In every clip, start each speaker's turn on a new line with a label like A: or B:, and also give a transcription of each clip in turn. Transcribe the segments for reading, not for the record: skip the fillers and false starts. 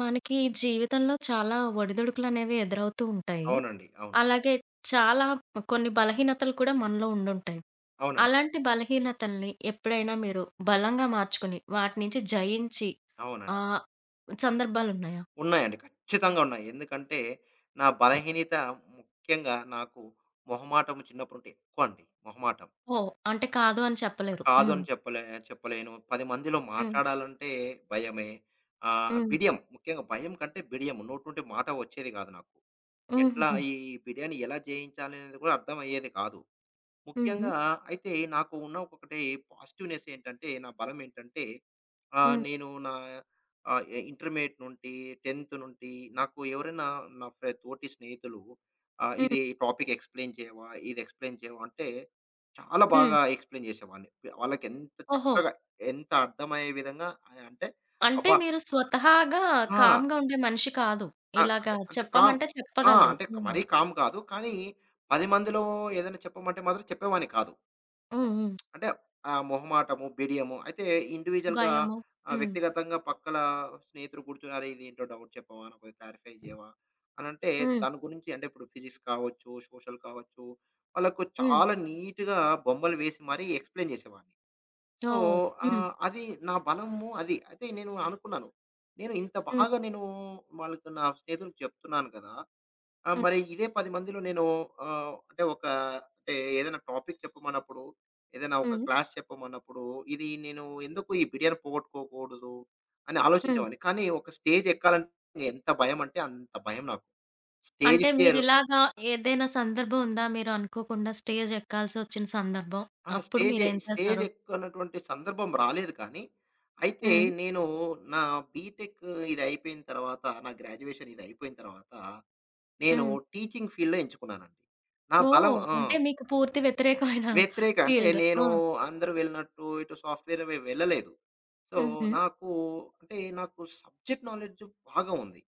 A: మనకి జీవితంలో చాలా ఒడిదుడుకులనేవి ఎదురవుతూ ఉంటాయి.
B: అవునండి. అవును.
A: అలాగే చాలా కొన్ని బలహీనతలు కూడా మనలో ఉండుంటాయి.
B: అవునండి.
A: అలాంటి బలహీనతల్ని ఎప్పుడైనా మీరు బలంగా మార్చుకొని, వాటి నుంచి జయించి
B: అవునండి.
A: ఆహ్, సందర్భాలున్నాయా?
B: ఉన్నాయండి. ఖచ్చితంగా ఉన్నాయి. ఎందుకంటే నా బలహీనత ముఖ్యంగా నాకు మొహమాటం చిన్నప్పుడుంటే ఎక్కువండి మొహమాటం.
A: ఓహ్! అంటే కాదు అని చెప్పలేరు.
B: కాదు
A: హ్మ్.
B: అని చెప్పలేను. 10 మందిలో
A: హ్మ్.
B: మాట్లాడాలంటే భయమే.
A: హ్మ్.
B: బిడియం ముఖ్యంగా భయం కంటే బిడియం. నోటి నుండి మాట వచ్చేది కాదు నాకు. ఎట్లా
A: హుహుహు.
B: ఈ బిర్యానీ ఎలా జేయించాలి అనేది కూడా అర్థమయ్యేది కాదు.
A: హుహు.
B: ముఖ్యంగా అయితే నాకు ఉన్న ఒకటే పాజిటివ్‌నెస్ ఏంటంటే, నా బలం ఏంటంటే,
A: హ్మ్.
B: నేను నా ఆహ్, ఎ ఇంటర్మీడియేట్ నుండి, 10థ్ నుండి నాకు ఎవరైనా నా తోటి స్నేహితులు
A: హ్మ్.
B: "ఇది టాపిక్ ఎక్స్‌ప్లెయిన్ చేయవా? ఇది ఎక్స్‌ప్లెయిన్ చేయవా?" అంటే చాలా
A: హ్మ్.
B: బాగా ఎక్స్‌ప్లెయిన్ చేసేవాడిని. వాళ్ళకెంత
A: ఓహో!
B: చక్కగా, ఎంత అర్థమయ్యే విధంగా అంటే
A: అంటే
B: అబ్బా!
A: మీరు స్వతహాగా
B: ఆ!
A: కామ్‌గా ఉండే మనిషి కాదు.
B: ఆ!
A: ఇలాగా
B: అంటే అంటే కామ్
A: చెప్పమంటే
B: ఆ!
A: చెప్పగలరు.
B: అంటే
A: హ్మ్.
B: మరీ కామ్ కాదు. కానీ 10 మందిలో ఏదైనా చెప్పమంటే మాత్రం చెప్పేవాడిని కాదు.
A: హ్మ్. హ్మ్.
B: అంటే మొహమాటము, బిడియము. అయితే ఇండివిడ్యుయల్‌గా
A: భయము. హ్మ్.
B: వ్యక్తిగతంగా పక్కల స్నేహితులు కూర్చొని "అరే! ఇదేంటో డౌట్ చెప్పవా? నాకు కొంచెం క్లారిఫై చేయవా?" అనంటే
A: హ్మ్.
B: దాని గురించి అంటే ఇప్పుడు ఫిజిక్స్ కావచ్చు, సోషల్ కావచ్చు, వాళ్ళకు
A: హ్మ్.
B: చాలా నీట్‌గా బొమ్మలు వేసి మరీ ఎక్స్‌ప్లెయిన్ చేసేవాడిని. So,
A: oh! హ్మ్.
B: అది నా బలము అది. అయితే నేను అనుకున్నాను. నేను ఇంత
A: హ్మ్.
B: బాగా నేను వాళ్ళకి నా స్నేహితులకు చెప్తున్నాను కదా! ఆ!
A: హ్మ్.
B: మరి ఇదే 10 మందిలో నేను అంటే ఒక అంటే ఏదైనా టాపిక్ చెప్పమన్నప్పుడు, ఏదైనా ఒక
A: హ్మ్.
B: క్లాస్ చెప్పమన్నప్పుడు, ఇది నేను ఎందుకు ఈ బిర్యానీ పోగొట్టుకోకూడదు అని
A: హ్మ్.
B: ఆలోచించేవాడిని. కానీ ఒక స్టేజ్ ఎక్కాలంటే ఎంత భయమంటే అంత భయం నాకు. స్టేజ్
A: అంటే
B: ఫియర్.
A: మీరిలాగా ఏదైనా సందర్భం ఉందా? మీరు అనుకోకుండా స్టేజ్ ఎక్కాల్సొచ్చిన సందర్భం?
B: ఆ!
A: అప్పుడు
B: స్టేజ్
A: మీరేం
B: స్టేజ్
A: చేశారు?
B: ఎక్కనటువంటి సందర్భం రాలేదు కానీ, అయితే
A: హ్మ్.
B: నేను నా బీటెక్ ఇది అయిపోయిన తర్వాత, నా గ్రాడ్యుయేషన్ ఇది అయిపోయిన తర్వాత, నేను
A: హ్మ్.
B: టీచింగ్ ఫీల్డ్‌లో ఎంచుకున్నానండి. నా బలం.
A: ఓహ్!
B: ఆ!
A: అంటే మీకు పూర్తి వ్యతిరేకమైన
B: వ్యతిరేక అంటే
A: ఫీల్డ్.
B: నేను
A: ఆ!
B: అందరూ వెళ్ళినట్టు ఇటు సాఫ్ట్‌వేర్ అవి వెళ్ళలేదు. సో,
A: హుహు.
B: నాకు అంటే నాకు సబ్జెక్ట్ నాలెడ్జ్ బాగా ఉంది.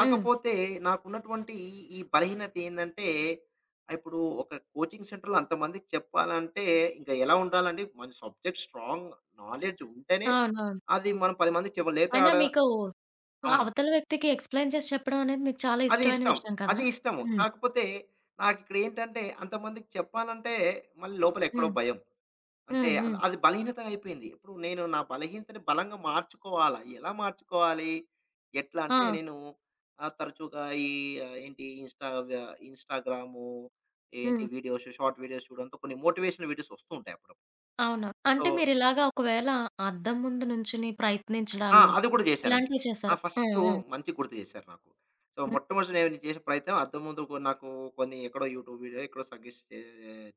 A: హ్మ్.
B: నాకున్నటువంటి ఈ బలహీనత ఏందంటే, ఇప్పుడు ఒక కోచింగ్ సెంటర్‌లో అంతమందికి చెప్పాలంటే ఇంక ఎలా ఉండాలండి? మన సబ్జెక్ట్ స్ట్రాంగ్ నాలెడ్జ్ ఉంటేనే
A: అవునవును.
B: అది మనం 10 మందికి చెప్పాలి. లేతే
A: అయినా
B: ఆడ
A: మీకు
B: అవునండి.
A: అవతల వ్యక్తికి ఎక్స్‌ప్లెయిన్ చేసి చెప్పడం అనేది మీకు చాలా
B: అది
A: ఇష్టమైన
B: ఇష్టం.
A: విషయం కదా!
B: అది ఇష్టము.
A: హ్మ్.
B: కాకపోతే నాకిక్కడేంటంటే అంతమందికి చెప్పాలంటే మళ్ళీ లోపల ఎక్కడో
A: హ్మ్.
B: భయం. అంటే
A: హ్మ్.
B: అది
A: హ్మ్.
B: అది బలహీనత అయిపోయింది. ఇప్పుడు నేను నా బలహీనతని బలంగా మార్చుకోవాలా? ఎలా మార్చుకోవాలి? ఎట్లా అంటే
A: ఆ!
B: నేను తరచుగా ఈ ఏంటి ఇన్‌స్టాగ్రాము ఏంటి
A: హ్మ్.
B: వీడియోస్, షార్ట్ వీడియోస్ చూడడంతో కొన్ని మోటివేషనల్ వీడియోస్ వస్తూ ఉంటాయి అప్పుడప్పుడు.
A: అవునా!
B: సో,
A: అంటే మీరిలాగా ఒకవేళ అద్దం ముందు నుంచొని
B: ఆ!
A: ప్రయత్నించడాలు,
B: అది కూడా చేశానండి.
A: ఇలాంటివి
B: ఆ!
A: చేశారా? ఆ!
B: ఫస్టు
A: ఆ!
B: మంచి గుర్తు చేశారు నాకు. సో,
A: హ్మ్.
B: మొట్టమొదటి నేను చేసిన ప్రయత్నం అద్దం ముందు కొ నాకు కొన్ని ఎక్కడో యూట్యూబ్ వీడియో ఎక్కడో సజెస్ట్ చే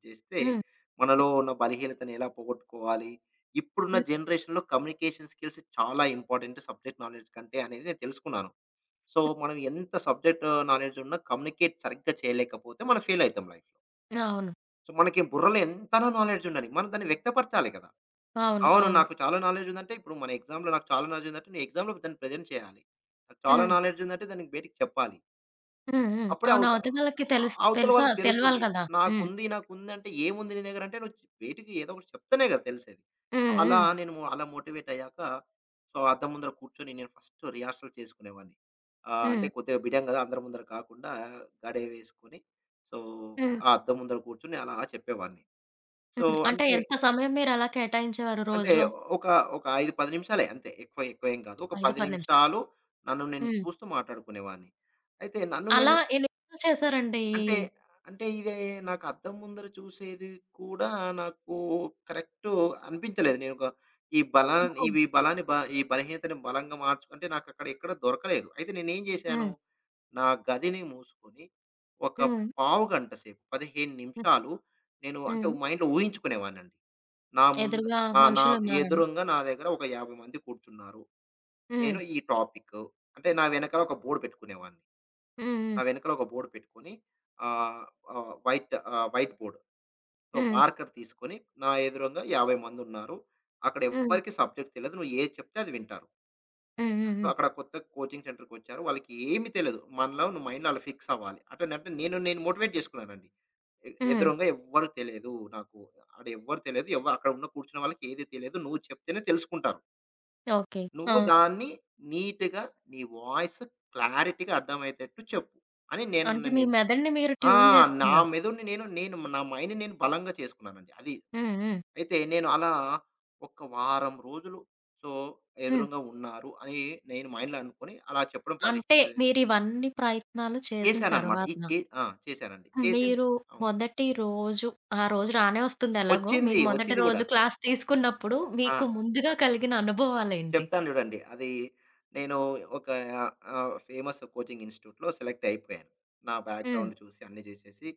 B: చేస్తే,
A: హ్మ్.
B: మనలో ఉన్న బలహీనతను ఎలా పోగొట్టుకోవాలి, ఇప్పుడున్న
A: హ్మ్.
B: జనరేషన్‌లో కమ్యూనికేషన్ స్కిల్స్ చాలా ఇంపార్టెంట్ సబ్జెక్ట్ నాలెడ్జ్ కంటే అనేది నేను తెలుసుకున్నాను. సో, మనం ఎంత సబ్జెక్ట్ నాలెడ్జ్ ఉన్నా కమ్యూనికేట్ సరిగ్గా చేయలేకపోతే మనం ఫెయిల్ అయితాం లైఫ్‌లో.
A: అవును.
B: సో, మనకి బుర్రలో ఎంతనా నాలెడ్జ్ ఉండని, మనం దాన్ని వ్యక్తపరచాలి కదా!
A: అవును.
B: అవును.
A: అవును.
B: నాకు చాలా నాలెడ్జ్ ఉందంటే, ఇప్పుడు మన ఎగ్జామ్‌లో నాకు చాలా నాలెడ్జ్ ఉందంటే, నేను ఎగ్జామ్‌లో దాన్ని ప్రెజెంట్ చేయాలి. నాకు చాలా
A: హ్మ్.
B: నాలెడ్జ్ ఉందంటే, దానికి బయటికి చెప్పాలి.
A: హ్మ్. హ్మ్.
B: అప్పుడే
A: అవును.
B: అవత
A: అవతలోళ్ళకి తెలుస్
B: అవతల
A: తెలుసా
B: వాళ్ళకి
A: తెలవాలి
B: తెలుస్తుంది.
A: కదా! హ్మ్.
B: నాకుంది, నాకుందంటే ఏముంది నీ దగ్గర అంటే, నువ్వు బయటికి ఏదో ఒకటి చెప్తేనే కదా తెలిసేది.
A: హ్మ్. హ్మ్.
B: అలా మోటివేట్ అయ్యాక, సో, అద్దం ముందర కూర్చొని నేను ఫస్ట్ రిహార్సల్ చేసుకునేవాడిని. అంటే
A: హ్మ్.
B: కొద్దిగా బిడియం కదా! అందరి ముందర కాకుండా గడే వేసుకొని, సో,
A: హ్మ్.
B: ఆ అద్దం ముందర కూర్చొని అలా చెప్పేవాడిని. సో,
A: హ్మ్. అంటే
B: అంటే
A: ఎంత సమయం మీరలా కేటాయించేవారు
B: అంటే
A: రోజులో?
B: ఒక, ఒక 5, 10 నిమిషాలే అంతే. ఎక్కువ ఎక్కువేం కాదు. ఒక
A: 5,
B: 10
A: 10 నిమిషాలు.
B: నిమిషాలు నన్ను నేను
A: హ్మ్.
B: చూస్తూ మాట్లాడుకునేవాడిని. అయితే నన్ను
A: అలా
B: నేను
A: ఎన్ని రోజులు చేశారండి ఈ
B: అంటే, అంటే ఇదే నాకు అద్దం ముందర చూసేది కూడా నాకు కరెక్టు అనిపించలేదు. నేను ఒక ఈ బలా
A: ఓహో!
B: ఇవి బలాన్ని బ ఈ బలహీనతని బలంగా మార్చుకుంటే నాకక్కడ ఎక్కడ దొరకలేదు. అయితే నేనేం చేశాను,
A: హ్మ్.
B: నా గదిని మూసుకొని ఒక
A: హ్మ్.
B: పావుగంట సేపు, 15
A: హ్మ్.
B: నిమిషాలు నేను అంటే
A: హ్మ్.
B: మైండ్‌లో ఊహించుకునేవాడినండి. నా ముందు
A: ఎదురుగా
B: నా నా
A: మనుషులున్నారని.
B: ఎదురుంగా నా దగ్గర ఒక 50 మంది కూర్చున్నారు.
A: హ్మ్.
B: నేను ఈ టాపిక్ అంటే నా వెనకాల ఒక బోర్డ్ పెట్టుకునేవాడిని.
A: హ్మ్.
B: నా
A: హ్మ్.
B: వెనకాల ఒక బోర్డ్ పెట్టుకొని ఆహ్, ఆహ్, white ah, white board. So,
A: హ్మ్.
B: మార్కర్ తీసుకొని నా ఎదురుంగా 50 మందున్నారు. అక్కడ
A: హ్మ్.
B: ఎవ్వరికీ సబ్జెక్ట్ తెలీదు. నువ్వు ఏది చెప్తే అది వింటారు.
A: హ్మ్. హ్మ్.
B: సో,
A: హ్మ్.
B: అక్కడ కొత్త కోచింగ్ సెంటర్‌కొచ్చారు. వాళ్ళకి ఏమి తెలీదు. మనలో నువ్వు మైండ్‌లో అలా ఫిక్స్ అవ్వాలి. అట్టనంటే నేను నేను మోటివేట్ చేసుకున్నానండి. ఎ
A: హ్మ్.
B: ఎదురుంగా ఎవ్వరు తెలియదు నాకు. ఆడ ఎవ్వరు తెలియదు. ఎవ్వ అక్కడ ఉన్న కూర్చున్న వాళ్ళకి ఏది తెలియదు. నువ్వు చెప్తేనే తెలుసుకుంటారు.
A: ఓకే. ఆ!
B: నువ్వు దాన్ని నీట్‌గా నీ వాయిస్ క్లారిటీగా అర్థమయ్యేటట్టు చెప్పు అని నేను
A: అంటే మీ
B: నేను
A: మెదడుని మీరు
B: ఆ!
A: ట్యూన్
B: నా
A: జేసుకున్నారు.
B: మెదడుని నేను నేను నా మైండ్‌ని నేను బలంగా చేసుకున్నానండి. అది
A: హ్మ్. హ్మ్.
B: అయితే నేను అలా ఒక వారం రోజులు సో
A: హ్మ్.
B: ఎదురుంగా ఉన్నారు అని నేను మైండ్‌లో అనుకోని అలా చెప్పడం
A: అంటే
B: 15, 15
A: మీరివన్నీ ప్రయత్నాలు చేసిన
B: చేశానన్నమాట.
A: తర్వాత,
B: ఇది చే ఆ! చేశానండి. చేసింది
A: మీరు
B: అవును.
A: మొదటి రోజు, ఆ రోజు రానే వస్తుంది ఎలాగో.
B: వచ్చింది.
A: మీరు మొదటి
B: వచ్చింది గూడా.
A: రోజు క్లాస్ తీసుకున్నప్పుడు
B: ఆ!
A: మీకు ముందుగా కలిగిన అనుభవాలేంటి?
B: చెప్తాను చూడండి. అది నేను ఒక ఫేమస్ కోచింగ్ ఇన్‌స్టిట్యూట్‌లో సెలెక్ట్ అయిపోయాను. నా
A: హ్మ్.
B: బ్యాక్‌గ్రౌండ్ చూసి అన్నీ చూసేసి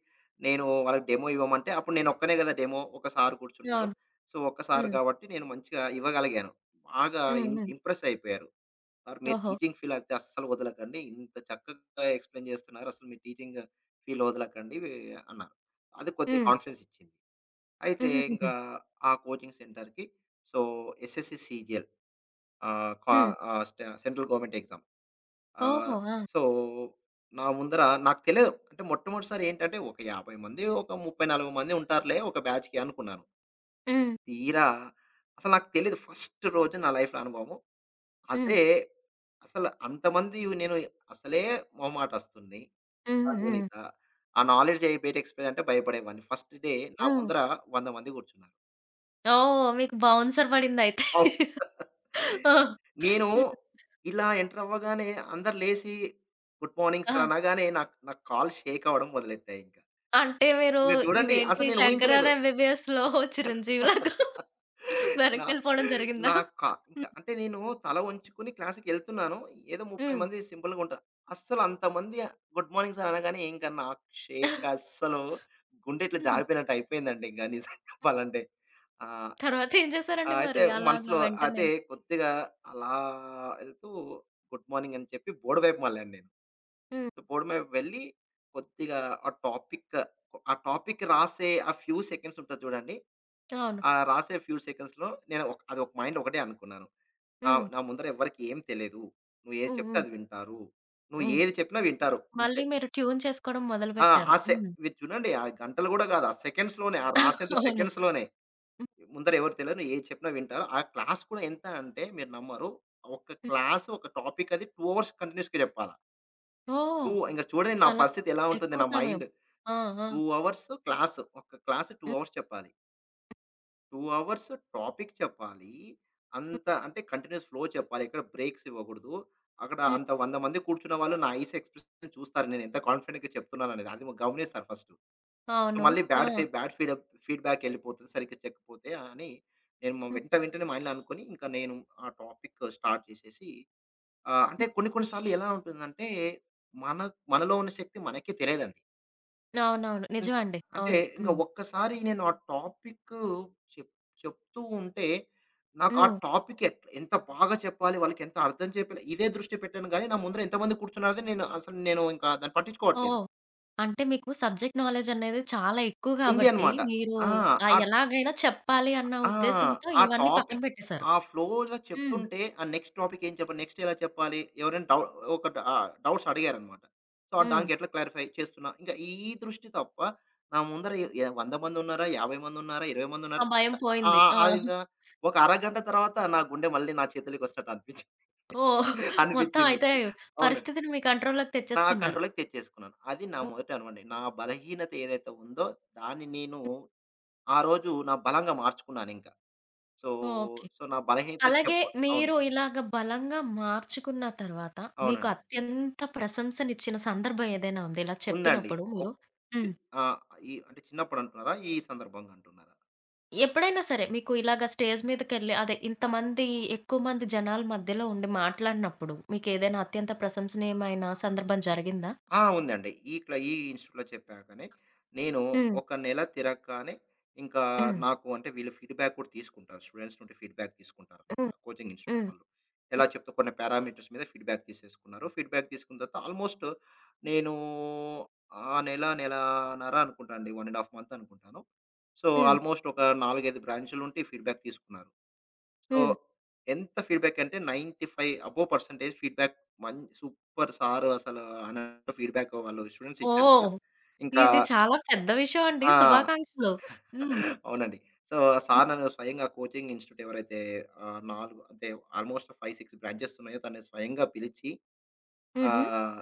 B: నేను వాళ్ళకి డెమో ఇవ్వమంటే అప్పుడు నేను ఒక్కనే కదా డెమో. ఒక సార్ కూర్చున్నారు.
A: అవును.
B: సో, ఒక్క సార్
A: హ్మ్.
B: కాబట్టి నేను మంచిగా ఇవ్వగలిగాను. బాగా
A: హ్మ్. హ్మ్.
B: ఇంప్రెస్ అయిపోయారు. ఆర్ మీరు
A: ఓహో!
B: టీచింగ్ ఫీల్ అయితే అస్సలు వదలకండి. ఇంత చక్కగా ఎక్స్‌ప్లెయిన్ చేస్తున్నారు. అసలు మీ టీచింగ్ ఫీల్ వదలకండి ఇవి అన్నారు. అది కొద్దిగా
A: హ్మ్.
B: కాన్ఫిడెన్స్ ఇచ్చింది. అయితే
A: హుహుహుహు.
B: ఇంకా ఆ కోచింగ్ సెంటర్‌కి సో, ఎస్ఎస్‌సి సీజీఎల్ ఆహ్, కా
A: హ్మ్.
B: ఆహ్, స్ట సెంట్రల్ గవర్నమెంట్ ఎగ్జామ్. ఆహ్,
A: ఓహో! ఆ!
B: సో, నా ముందర నాకు తెలియదు. అంటే మొట్టమొదటిసారి ఏంటంటే ఒక 50 మంది, ఒక 30, 40 మంది ఉంటారులే ఒక బ్యాచ్‌కి అనుకున్నాను.
A: హ్మ్.
B: తీరా అసలు నాకు తెలీదు. ఫస్ట్ రోజు నా లైఫ్‌లో అనుభవము.
A: హ్మ్.
B: అదే. అసలు అంతమంది నేను అసలే మొహమాటస్తుడిని.
A: హ్మ్.
B: ఆహా!
A: హ్మ్.
B: దీనిత ఆ నాలెడ్జ్ అయి బయట ఎక్స్‌ప్లెయిన్ అంటే భయపడేవాడిని. ఫస్ట్ డే నా
A: హ్మ్.
B: ముందర 100 మంది కూర్చున్నారు.
A: ఓహ్! మీకు బౌన్సర్ పడిందయితే.
B: అవును.
A: ఆ!
B: నేను
A: హ్మ్.
B: ఇలా ఎంటర్ అవ్వగానే అందరూ లేసి గుడ్ మార్నింగ్
A: ఆ!
B: సార్ అనగానే నాకు నా కాళ్ళు షేక్ అవ్వడం మొదలెట్టాయి ఇంకా.
A: అంటే మీరు
B: ఇంక చూడండి
A: ఇదేంటి
B: అసలు నేను
A: 'శంకరాద
B: ఊహించలేదు.
A: ఎంబీబీఎస్‌లో' చిరంజీవిలాగా
B: నా
A: వెనక్కెళ్ళిపోవడం జరిగిందా?
B: నాకా
A: హ్మ్.
B: ఇంకా అంటే నేను తల వంచుకొని క్లాస్‌కెళ్తున్నాను. ఏదో 30
A: హ్మ్.
B: మంది సింపుల్‌గా ఉంటారు. అస్సలు అంతమంది గుడ్ మార్నింగ్ సార్ అనగానే ఇంక నాకు షేక్ అస్సలు గుండె ఇట్లా
A: హ్మ్.
B: జారిపోయినట్టు అయిపోయిందండి ఇంక నిజం చెప్పాలంటే. ఆహ్,
A: తర్వాత ఏం చేశారండి
B: ఆహ్, అయితే
A: మరి అలాగా
B: మనసులో
A: వెంటనే?
B: అయితే కొద్దిగా అలా ఎళ్తూ గుడ్ మార్నింగ్ అని చెప్పి బోర్డ్ వైపు మళ్ళాను నేను.
A: హ్మ్.
B: బోర్డ్ వైపు వెళ్ళి కొద్దిగా ఆ టాపిక్, ఆ టాపిక్ రాసే ఆ ఫ్యూ సెకండ్స్ ఉంటది చూడండి.
A: అవును.
B: ఆ! రాసే ఫ్యూ సెకండ్స్‌లో నేను ఒక అది ఒక మైండ్‌లో ఒకటే అనుకున్నాను. నా
A: హ్మ్.
B: నా ముందర ఎవ్వరికీ ఏం తెలీదు. నువ్వు ఏది
A: హ్మ్.
B: చెప్తే
A: హ్మ్.
B: అది వింటారు. నువ్వు
A: హ్మ్.
B: ఏది చెప్పినా వింటారు. అంతే.
A: మళ్ళీ మీరు ట్యూన్ చేసుకోవడం
B: ఆ!
A: మొదలుపెట్టారు.
B: ఆ సె
A: హ్మ్.
B: మీరు చూడండి ఆ గంటలు గూడా గాదు. ఆ సెకండ్స్‌లోనే ఆ రాసేంత
A: అవును.
B: సెకండ్స్‌లోనే.
A: హ్మ్.
B: ముందర ఎవరు తెలియదు. నువ్వు ఏది చెప్పినా వింటారు. ఆ క్లాస్ కూడా ఎంత అంటే మీరు నమ్మరు. ఒక
A: హ్మ్.
B: క్లాస్ ఒక టాపిక్ అది 2 అవర్స్ కంటిన్యూయస్‌గా జెప్పాలా.
A: ఓహ్!
B: 2 ఇంక చూడండి నా
A: చాలా
B: పరిస్థితి ఎలా ఉంటుంది.
A: ఎక్కువ
B: నా
A: సమయం.
B: మైండ్
A: ఆ! ఆ!
B: 2 అవర్స్ క్లాస్. ఒక క్లాస్ 2
A: హ్మ్.
B: అవర్స్ చెప్పాలి. 2 అవర్స్ టాపిక్ చెప్పాలి.
A: హ్మ్.
B: అంత అంటే కంటిన్యూయస్ ఫ్లో చెప్పాలి. ఎక్కడ బ్రేక్స్ ఇవ్వకూడదు. అక్కడ
A: హ్మ్.
B: అంత 100 మంది కూర్చున్న వాళ్ళు నా ఐస్ ఎక్స్‌ప్రెషన్ చూస్తారు. నేను ఎంత కాన్ఫిడెంట్‌గా చెప్తున్నాననేది. అది గమనిస్తారు ఫస్ట్. సో
A: అవును.
B: మళ్ళీ
A: ఆ!
B: బ్యాడ్ ఫీ బ్యాడ్ ఫీడ్ ఫీడ్‌బ్యాక్ ఎళ్ళిపోతుంది. సరిగ్గా చెక్కకపోతే అని నేను మ
A: హ్మ్.
B: వెంటనే మైండ్‌లో అనుకోని ఇంకా నేను ఆ టాపిక్ స్టార్ట్ చేసేసి అంటే
A: హ్మ్.
B: కొన్ని కొన్ని సార్లు ఎలా ఉంటుందంటే మన మనలో ఉన్న శక్తి మనకే తెలియదండి.
A: అవునవును.
B: అంతే.
A: నిజమండి.
B: అంటే
A: అవును.
B: ఇంక
A: హ్మ్.
B: ఒక్కసారి నేను ఆ టాపిక్ చెప్ చెప్తూ ఉంటే, నాకు ఆ
A: హ్మ్.
B: టాపిక్ ఎట్ ఎంత బాగా చెప్పాలి, వాళ్ళకి ఎంత అర్థం చెప్పాలి ఇదే దృష్టి పెట్టాను గానీ, నా ముందర ఎంతమంది కూర్చున్నారో నేను అసలు నేను ఇంకా దాన్ని పట్టించుకోవట్లేదు.
A: ఓహ్! అంటే మీకు సబ్జెక్ట్ నాలెడ్జ్ అనేది చాలా ఎక్కువ
B: ఉంది
A: కాబట్టి,
B: అనమాట.
A: మీరు
B: ఆ! ఆ
A: ఎలాగైనా చెప్పాలి అన్న
B: ఆ!
A: ఉద్దేశంతో
B: ఆ
A: ఇవన్నీ పక్కన
B: టాపిక్
A: పెట్టేశారు.
B: ఆ ఫ్లో‌లో
A: హ్మ్.
B: చెప్తుంటే, ఆ నెక్స్ట్ టాపిక్ ఏం చెప్పాలి? నెక్స్ట్ ఎలా చెప్పాలి? ఎవరైనా డౌ ఒక డ డౌట్స్ అడిగారనమాట. సో,
A: హ్మ్.
B: దానికి ఎట్లా క్లారిఫై చేస్తున్నా. ఇంకా ఈ దృష్టి తప్ప నా ముందర ఎ ఎ 100 మందున్నారా? 50 మందున్నారా? 20
A: ఆ
B: మందున్నారా?
A: భయం
B: ఆ!
A: పోయింది. ఆ!
B: ఆ! ఇంకా ఒక అరగంట తర్వాత నా గుండె మళ్ళీ నా చేతులకొచ్చినట్టు అనిపించింది.
A: ఓహ్! మొత్తం
B: అనిపించింది.
A: అయితే
B: అవును.
A: పరిస్థితిని మీ కంట్రోల్‌లోకి
B: నా
A: తెచ్చేసుకున్నారు.
B: కంట్రోల్‌లోకి తెచ్చేసుకున్నాను. అది నా
A: హ్మ్.
B: మొదటి అనుభవం అండి. నా బలహీనత ఏదైతే ఉందో దాన్ని నేను ఆ రోజు నా బలంగా మార్చుకున్నానింక. So,
A: okay.
B: సో, నా బలహీనత
A: అలాగే
B: చెప్ప అవును.
A: మీరు ఇలాగ బలంగా మార్చుకున్న తర్వాత మీకు
B: అవునండి.
A: అత్యంత ప్రశంసనిచ్చిన సందర్భం ఏదైనా ఉందా ఇలా
B: ఉందండి.
A: చెప్పినప్పుడు మీరు?
B: ఒక్
A: హ్మ్.
B: ఆ! ఈ అంటే చిన్నప్పుడు అంటున్నారా? ఈ సందర్భంగా అంటున్నారా?
A: ఎప్పుడైనా సరే మీకు ఇలాగ స్టేజ్ మీదకెళ్ళి అదే ఇంతమంది ఎక్కువ మంది జనాల మధ్యలో ఉండి మాట్లాడినప్పుడు మీకేదైనా అత్యంత ప్రశంసనీయమైన సందర్భం జరిగిందా?
B: ఆ! ఉందండి. ఈ క్ల ఈ ఇన్స్టిట్యూట్‌లో చెప్పాకనే నేను
A: హ్మ్.
B: ఒక నెల తిరగగానే ఇంకా
A: హ్మ్.
B: నాకు అంటే వీళ్ళు ఫీడ్‌బ్యాక్ కూడా తీసుకుంటారు. స్టూడెంట్స్ నుండి ఫీడ్‌బ్యాక్ తీసుకుంటారనమాట.
A: హ్మ్.
B: కోచింగ్ ఇన్స్టిట్యూట్
A: హ్మ్.
B: వాళ్ళు. ఎలా చెప్తే కొన్ని పారామీటర్స్ మీద ఫీడ్‌బ్యాక్ తీసేసుకున్నారు. ఫీడ్‌బ్యాక్ తీసుకున్న తర్వాత ఆల్మోస్ట్ నేను ఆ నెల, నెలన్నర అనుకుంటా అండి. 1 ½ మంత్ అనుకుంటాను. సో,
A: హ్మ్.
B: ఆల్మోస్ట్ ఒక 4, 5 బ్రాంచులుంటి ఫీడ్‌బ్యాక్ తీసుకున్నారు. సో,
A: హ్మ్.
B: ఎంత ఫీడ్‌బ్యాక్ అంటే 95 అబోవ్ పర్సెంటేజ్ ఫీడ్‌బ్యాక్ మన్ సూపర్ సార్ అసలు అన్నట్టు ఫీడ్‌బ్యాక్ వాళ్ళు స్టూడెంట్స్ ఇచ్చారు కదా!
A: ఓహ్!
B: ఇంకా
A: ఇది చాలా పెద్ద విషయం అండి.
B: ఆ!
A: శుభాకాంక్షలు. హ్మ్.
B: అవునండి. సో,
A: హ్మ్.
B: సార్ నన్ను స్వయంగా కోచింగ్ ఇన్‌స్టిట్యూట్ ఎవరైతే 4 అంటే ఆల్మోస్ట్ 5, 6 బ్రాంచెస్ ఉన్నాయో తనని స్వయంగా పిలిచి
A: హుహు.
B: ఆహ్,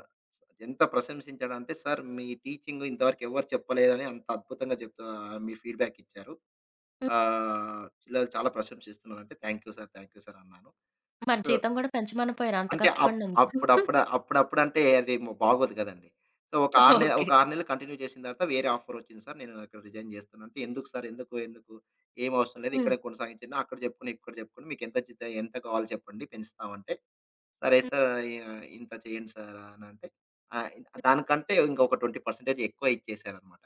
B: ఎంత ప్రశంసించాడంటే, "సార్ మీ టీచింగ్ ఇంతవరకు ఎవరు చెప్పలేదని అంత అద్భుతంగా చెప్తా మీ ఫీడ్‌బ్యాక్ ఇచ్చారు.
A: హ్మ్.
B: పిల్లలు చాలా ప్రశంసిస్తున్నారు" అంటే, "thank you sir. Thank you sir" అన్నాను.
A: మరి
B: సో
A: జీతం గూడా పెంచమనపోయారా అంత
B: అంటే అప్
A: కష్టపడినందుకు?
B: అప్పుడప్పుడు అప్పుడప్పుడు అంటే అది మ బాగోదు గదండీ. సో, ఒక 6 నె
A: ఓకే.
B: ఒక 6 నెలలు కంటిన్యూ చేసిన తర్వాత వేరే ఆఫరొచ్చింది సార్. నేను ఇక్కడ రిజైన్ జేస్తున్నా అంటే, "ఎందుకు సార్? ఎందుకు? ఎందుకు? ఏం అవసరం లేదు.
A: హ్మ్.
B: ఇక్కడే కొనసాగించండి. అక్కడ జెప్పుకొని, ఇక్కడ జెప్పుకొని మీకెంత జీత ఎంత కావాలో చెప్పండి పెంచుతామంటే," "సరే
A: హ్మ్.
B: సార్. ఇంత చేయండి సార్" అనంటే ఆహ్, దానికంటే ఇంకొక 20% ఎక్కువ ఇచ్చేసారనమాట.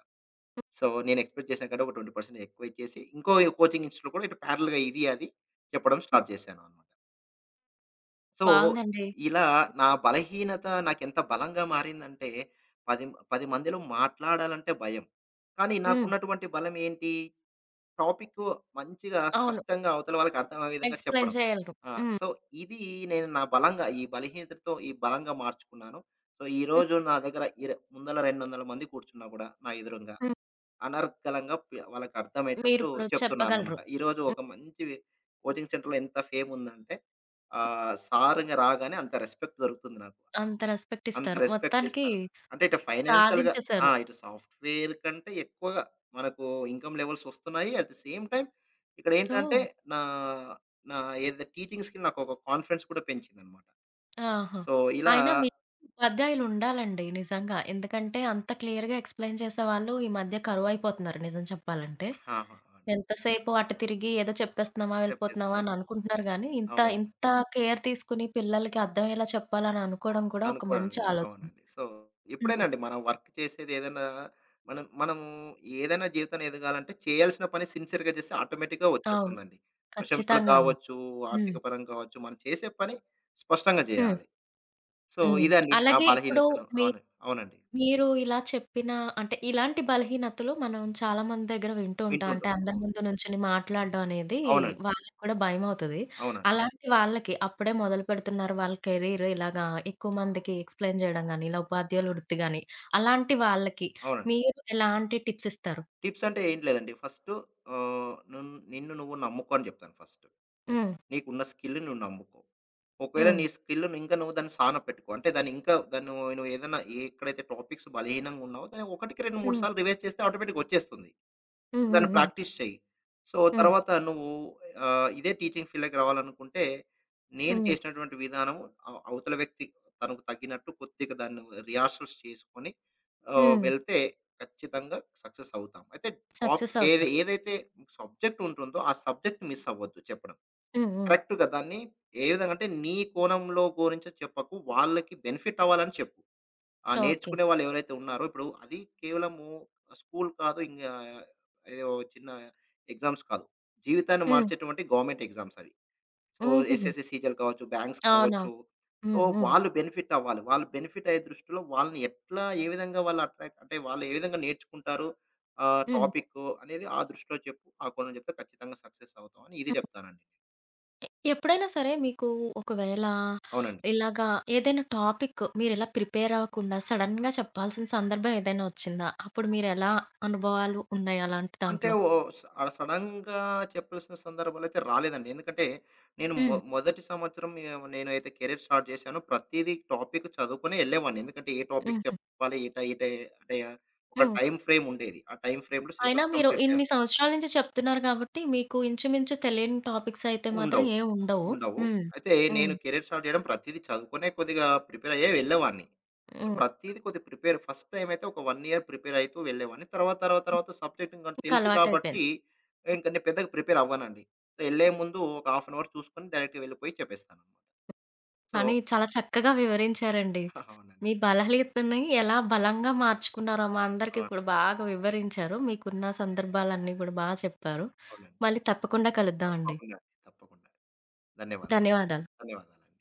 B: సో, నేను ఎక్స్‌పెక్ట్ చేసిన కంటే ఒక 20% ఎక్కువ ఇచ్చేసి, ఇంకో కోచింగ్ ఇన్స్టిట్యూట్‌లో కూడా ఇటు ప్యారలెల్‌గా ఇది, అది చెప్పడం
A: హ్మ్.
B: స్టార్ట్ చేశాననమాట. సో,
A: బావుందండి.
B: ఇలా నా బలహీనత నాకెంత బలంగా మారిందంటే, పది పది మందిలో మాట్లాడాలంటే భయం. కానీ
A: హ్మ్.
B: నాకున్నటువంటి బలం ఏంటి? టాపిక్కు మంచిగా
A: అవును.
B: స్పష్టంగా అవతల వాళ్ళకి అర్థమయ్యే విధంగా
A: ఎక్స్‌ప్లెయిన్
B: చెప్పడం.
A: చేయగలరు.
B: ఆ!
A: హ్మ్.
B: సో, ఇది నేను నా బలంగా ఈ బలహీనతతో ఈ బలంగా మార్చుకున్నాను. సో,
A: హ్మ్.
B: ఈరోజు నా దగ్గర ఇర ముందల 200 మంది కూర్చున్నా గూడా నా ఎదురుంగా
A: హ్మ్.
B: అనర్గళంగా పి వాళ్ళకి అర్థమయ్యేటట్టు
A: మీరిప్పుడు
B: చెప్తున్నాననమాట.
A: చెప్పగలరు.
B: ఈరోజు ఒక మంచి కోచింగ్ సెంటర్‌లో ఎంత ఫేమ్ ఉందంటే సార్ ఇంగ రాగానే అంత రెస్పెక్ట్ దొరుకుతుంది నాకు.
A: అంత రెస్పెక్ట్
B: అంత
A: ఇస్తారు.
B: రెస్పెక్ట్
A: మొత్తానికి
B: ఇస్తారు. అంటే ఇటు ఫైనాన్షియల్‌గా ఆ!
A: సాధించేసారు.
B: ఇటు సాఫ్ట్‌వేర్ కంటే ఎక్కువగా మనకు ఇన్‌కమ్ లెవెల్స్ వస్తున్నాయి. At the same time
A: so,
B: ఇక్కడేంటంటే నా నా ఏదైతే టీచింగ్ స్కిల్ నాకొక కాన్ఫిడెన్స్ కూడా పెంచిందనమాట.
A: ఆహా!
B: సో, ఇలా
A: అయినా మీ ఉపాధ్యాయులుండాలండి నిజంగా. ఎందుకంటే అంత క్లియర్‌గా ఎక్స్‌ప్లెయిన్ చేసేవాళ్ళు ఈ మధ్య కరువైపోతున్నారు నిజం చెప్పాలంటే.
B: ఆహా!
A: ఎంతసేపు అటు తిరిగి ఏదో చెప్పేస్తున్నామా, వెళ్ళిపోతున్నామా
B: చెప్పేస్తున్నారు.
A: అని అనుకుంటున్నారు గానీ, ఇంత
B: అవును.
A: ఇంత కేర్ తీసుకొని పిల్లలకి అర్థమయ్యేలా చెప్పాలని అనుకోవడం కూడా ఒక మంచి
B: అనుకోవడంలే.
A: ఆలోచన.
B: అవునండి. సో,
A: హ్మ్.
B: ఎప్పుడేనండి మనం వర్క్ చేసేదేదైనా మనం మనము ఏదైనా జీవితంలో ఎదగాలంటే చేయాల్సిన పని సిన్సియర్‌గా చేస్తే ఆటోమేటిక్‌గా
A: అవును.
B: వచ్చేస్తుందండి. ప్రశంసలు
A: ఖచ్చితంగా అండి.
B: కావచ్చు,
A: హ్మ్.
B: ఆర్థిక పరంగా కావచ్చు, మనం చేసే పని స్పష్టంగా
A: హ్మ్.
B: చేయాలి. సో,
A: హ్మ్.
B: ఇదండి నా
A: అలాగే ఇప్పుడు
B: బలహీనతను.
A: మీ
B: అవును. అవునండి.
A: మీరు ఇలా చెప్పిన అంటే ఇలాంటి బలహీనతలు మనం చాలా మంది దగ్గర వింటూ ఉంటాం. అంటే
B: వింటుంటాము.
A: అందరి
B: అవును.
A: ముందు నుంచొని మాట్లాడడం అనేది
B: అవునండి.
A: వాళ్ళకి కూడా భయమవుతది.
B: అవునండి.
A: అలాంటి వాళ్ళకి అప్పుడే మొదలుపెడుతున్నారు వాళ్ళ కెరీర్ ఇలాగా ఎక్కువ మందికి ఎక్స్‌ప్లెయిన్ చేయడం గాని, ఇలా ఉపాధ్యాయుల వృత్తి గాని, అలాంటి వాళ్ళకి
B: అవునండి.
A: మీరు ఎలాంటి టిప్స్ ఇస్తారు?
B: టిప్స్ అంటే ఏం లేదండి. ఫస్టు ఆహ్, నున్ నిన్ను నువ్వు నమ్ముకో అని జెప్తాను ఫస్ట్.
A: హ్మ్.
B: నీకున్న స్కిల్‌ని నువ్వు నమ్ముకో. ఒకవేళ
A: హ్మ్.
B: నీ స్కిల్‌ని ఇంకా నువ్వు దాన్ని సాన పెట్టుకో. అంటే దాన్ని ఇంకా దాన్ని నువ్వు నువ్వు ఏదైనా ఎక్కడైతే టాపిక్స్ బలహీనంగా ఉన్నావో దాన్ని ఒకటికి 2, 3
A: హ్మ్.
B: సార్లు రివైజ్ చేస్తే ఆటోమేటిక్‌గా వచ్చేస్తుంది.
A: హ్మ్. హ్మ్.
B: దాన్ని
A: హ్మ్.
B: ప్రాక్టీస్ చెయ్యి. సో,
A: హ్మ్.
B: తర్వాత నువ్వు ఇదే టీచింగ్ ఫీల్డ్‌లోకి రావాలనుకుంటే నేను
A: హ్మ్.
B: చేసినటువంటి విధానం అవ అవతల వ్యక్తి తనకు తగ్గినట్టు కొద్దిగా దాన్ని రిహార్సల్స్ చేసుకొని
A: హ్మ్.
B: వెళ్తే ఖచ్చితంగా సక్సెస్ అవుతాం. అయితే టాప్
A: సక్సెస్
B: ఏది
A: అవుతారు.
B: ఏదైతే సబ్జెక్ట్ ఉంటుందో ఆ సబ్జెక్ట్ మిస్ అవ్వద్దు చెప్పడం.
A: హ్మ్. హ్మ్.
B: కరెక్ట్‌గా దాన్ని ఏ విధంగా అంటే నీ కోణంలో గురించి చెప్పకు. వాళ్ళకి బెనిఫిట్ అవ్వాలని చెప్పు. ఆ
A: ఓకే.
B: నేర్చుకునే వాళ్ళు ఎవరైతే ఉన్నారో ఇప్పుడు అది కేవలము స్కూల్ కాదు. ఇంగా ఏదో చిన్న ఎగ్జామ్స్ కాదు. జీవితాన్ని
A: హ్మ్.
B: మార్చేటువంటి గవర్నమెంట్ ఎగ్జామ్స్ అవి. సో,
A: హుహుహు.
B: ఎస్ఎస్‌సి, సీజీఎల్ కావచ్చు, బ్యాంక్స్ కావచ్చు.
A: అవునవును.
B: సో,
A: హ్మ్. హ్మ్.
B: వాళ్ళు బెనిఫిట్ అవ్వాలి. వాళ్ళు బెనిఫిట్ అయ్యే దృష్టిలో వాళ్ళని ఎట్లా ఏ విధంగా వాళ్ళు అట్రాక్ట్ అంటే వాళ్ళు ఏ విధంగా నేర్చుకుంటారు
A: హ్మ్. హ్మ్.
B: టాపిక్ అనేది ఆ దృష్టిలో చెప్పు. ఆ కోణంలో చెప్తే ఖచ్చితంగా సక్సెస్ అవుతాం అని ఇది చెప్తానండి.
A: ఎప్పుడైనా సరే మీకు ఒకవేళ
B: అవునండి.
A: ఇలాగా ఏదైనా టాపిక్ మీరిలా ప్రిపేర్ అవ్వకుండా సడెన్‌గా చెప్పాల్సిన సందర్భం ఏదైనా వచ్చిందా? అప్పుడు మీరెలా అనుభవాలు ఉన్నాయి అలాంటి
B: అంటే
A: దాంట్లో?
B: ఓ స సడెన్‌గా చెప్పాల్సిన సందర్భాలైతే రాలేదండి. ఎందుకంటే నేను మొ
A: హ్మ్.
B: మొదటి సంవత్సరం ఏవ్ నేనైతే కెరీర్ స్టార్ట్ చేశానో ప్రతీదీ టాపిక్ చదువుకునే ఎళ్ళేవాడిని. ఎందుకంటే ఏ టాపిక్
A: హుహు.
B: చెప్పాలి, ఏ టై ఏ టై అంటే ఒక
A: హ్మ్.
B: టైమ్ ఫ్రేమ్ ఉండేది. ఆ టైమ్ ఫ్రేమ్‌లో
A: అయినా
B: సిలబస్
A: మీరు
B: కంప్లీట్ చేయాలి.
A: ఇన్ని సంవత్సరాల నుంచి చెప్తున్నారు కాబట్టి మీకు ఇంచుమించు తెలియని టాపిక్స్ అయితే మాత్రం
B: ఉండవు.
A: ఏముండవు.
B: ఉండవు.
A: హ్మ్.
B: అయితే
A: హ్మ్.
B: నేను కెరీర్ స్టార్ట్ చేయడం ప్రతీదీ చదువుకునే కొద్దిగా ప్రిపేర్ అయ్యే వెళ్ళేవాడిని.
A: హ్మ్.
B: ప్రతీది కొద్దిగా ప్రిపేర్ ఫస్ట్ టైమ్ అయితే ఒక 1 ఇయర్ ప్రిపేర్ అయితూ వెళ్ళేవాడిని. తర్వాత సబ్జెక్ట్ ఇంక
A: ఇంక
B: తెలుసు కాబట్టి
A: అలవాటయిపోయింది.
B: ఇంక నేను పెద్దగా ప్రిపేర్ అవ్వనండి. సో, ఎళ్ళే ముందు ఒక హాఫ్ అన్ అవర్ చూసుకొని డైరెక్ట్‌గా వెళ్ళిపోయి చెప్పేస్తాననమాట. సో
A: కానీ చాలా చక్కగా వివరించారండి.
B: అవునండి.
A: మీ బలహీతని ఎలా బలంగా మార్చుకున్నారో మా అందరికీ
B: అవును.
A: కూడా బాగా వివరించారు. మీకున్న సందర్భాలన్నీ కూడా బా చెప్పారు.
B: అవునండి.
A: మళ్ళీ తప్పకుండా కలుద్దామండి.
B: తప్పకుండా. తప్పకుండా. ధన్యవాదాలండి.
A: ధన్యవాదాలు.
B: ధన్యవాదాలండి.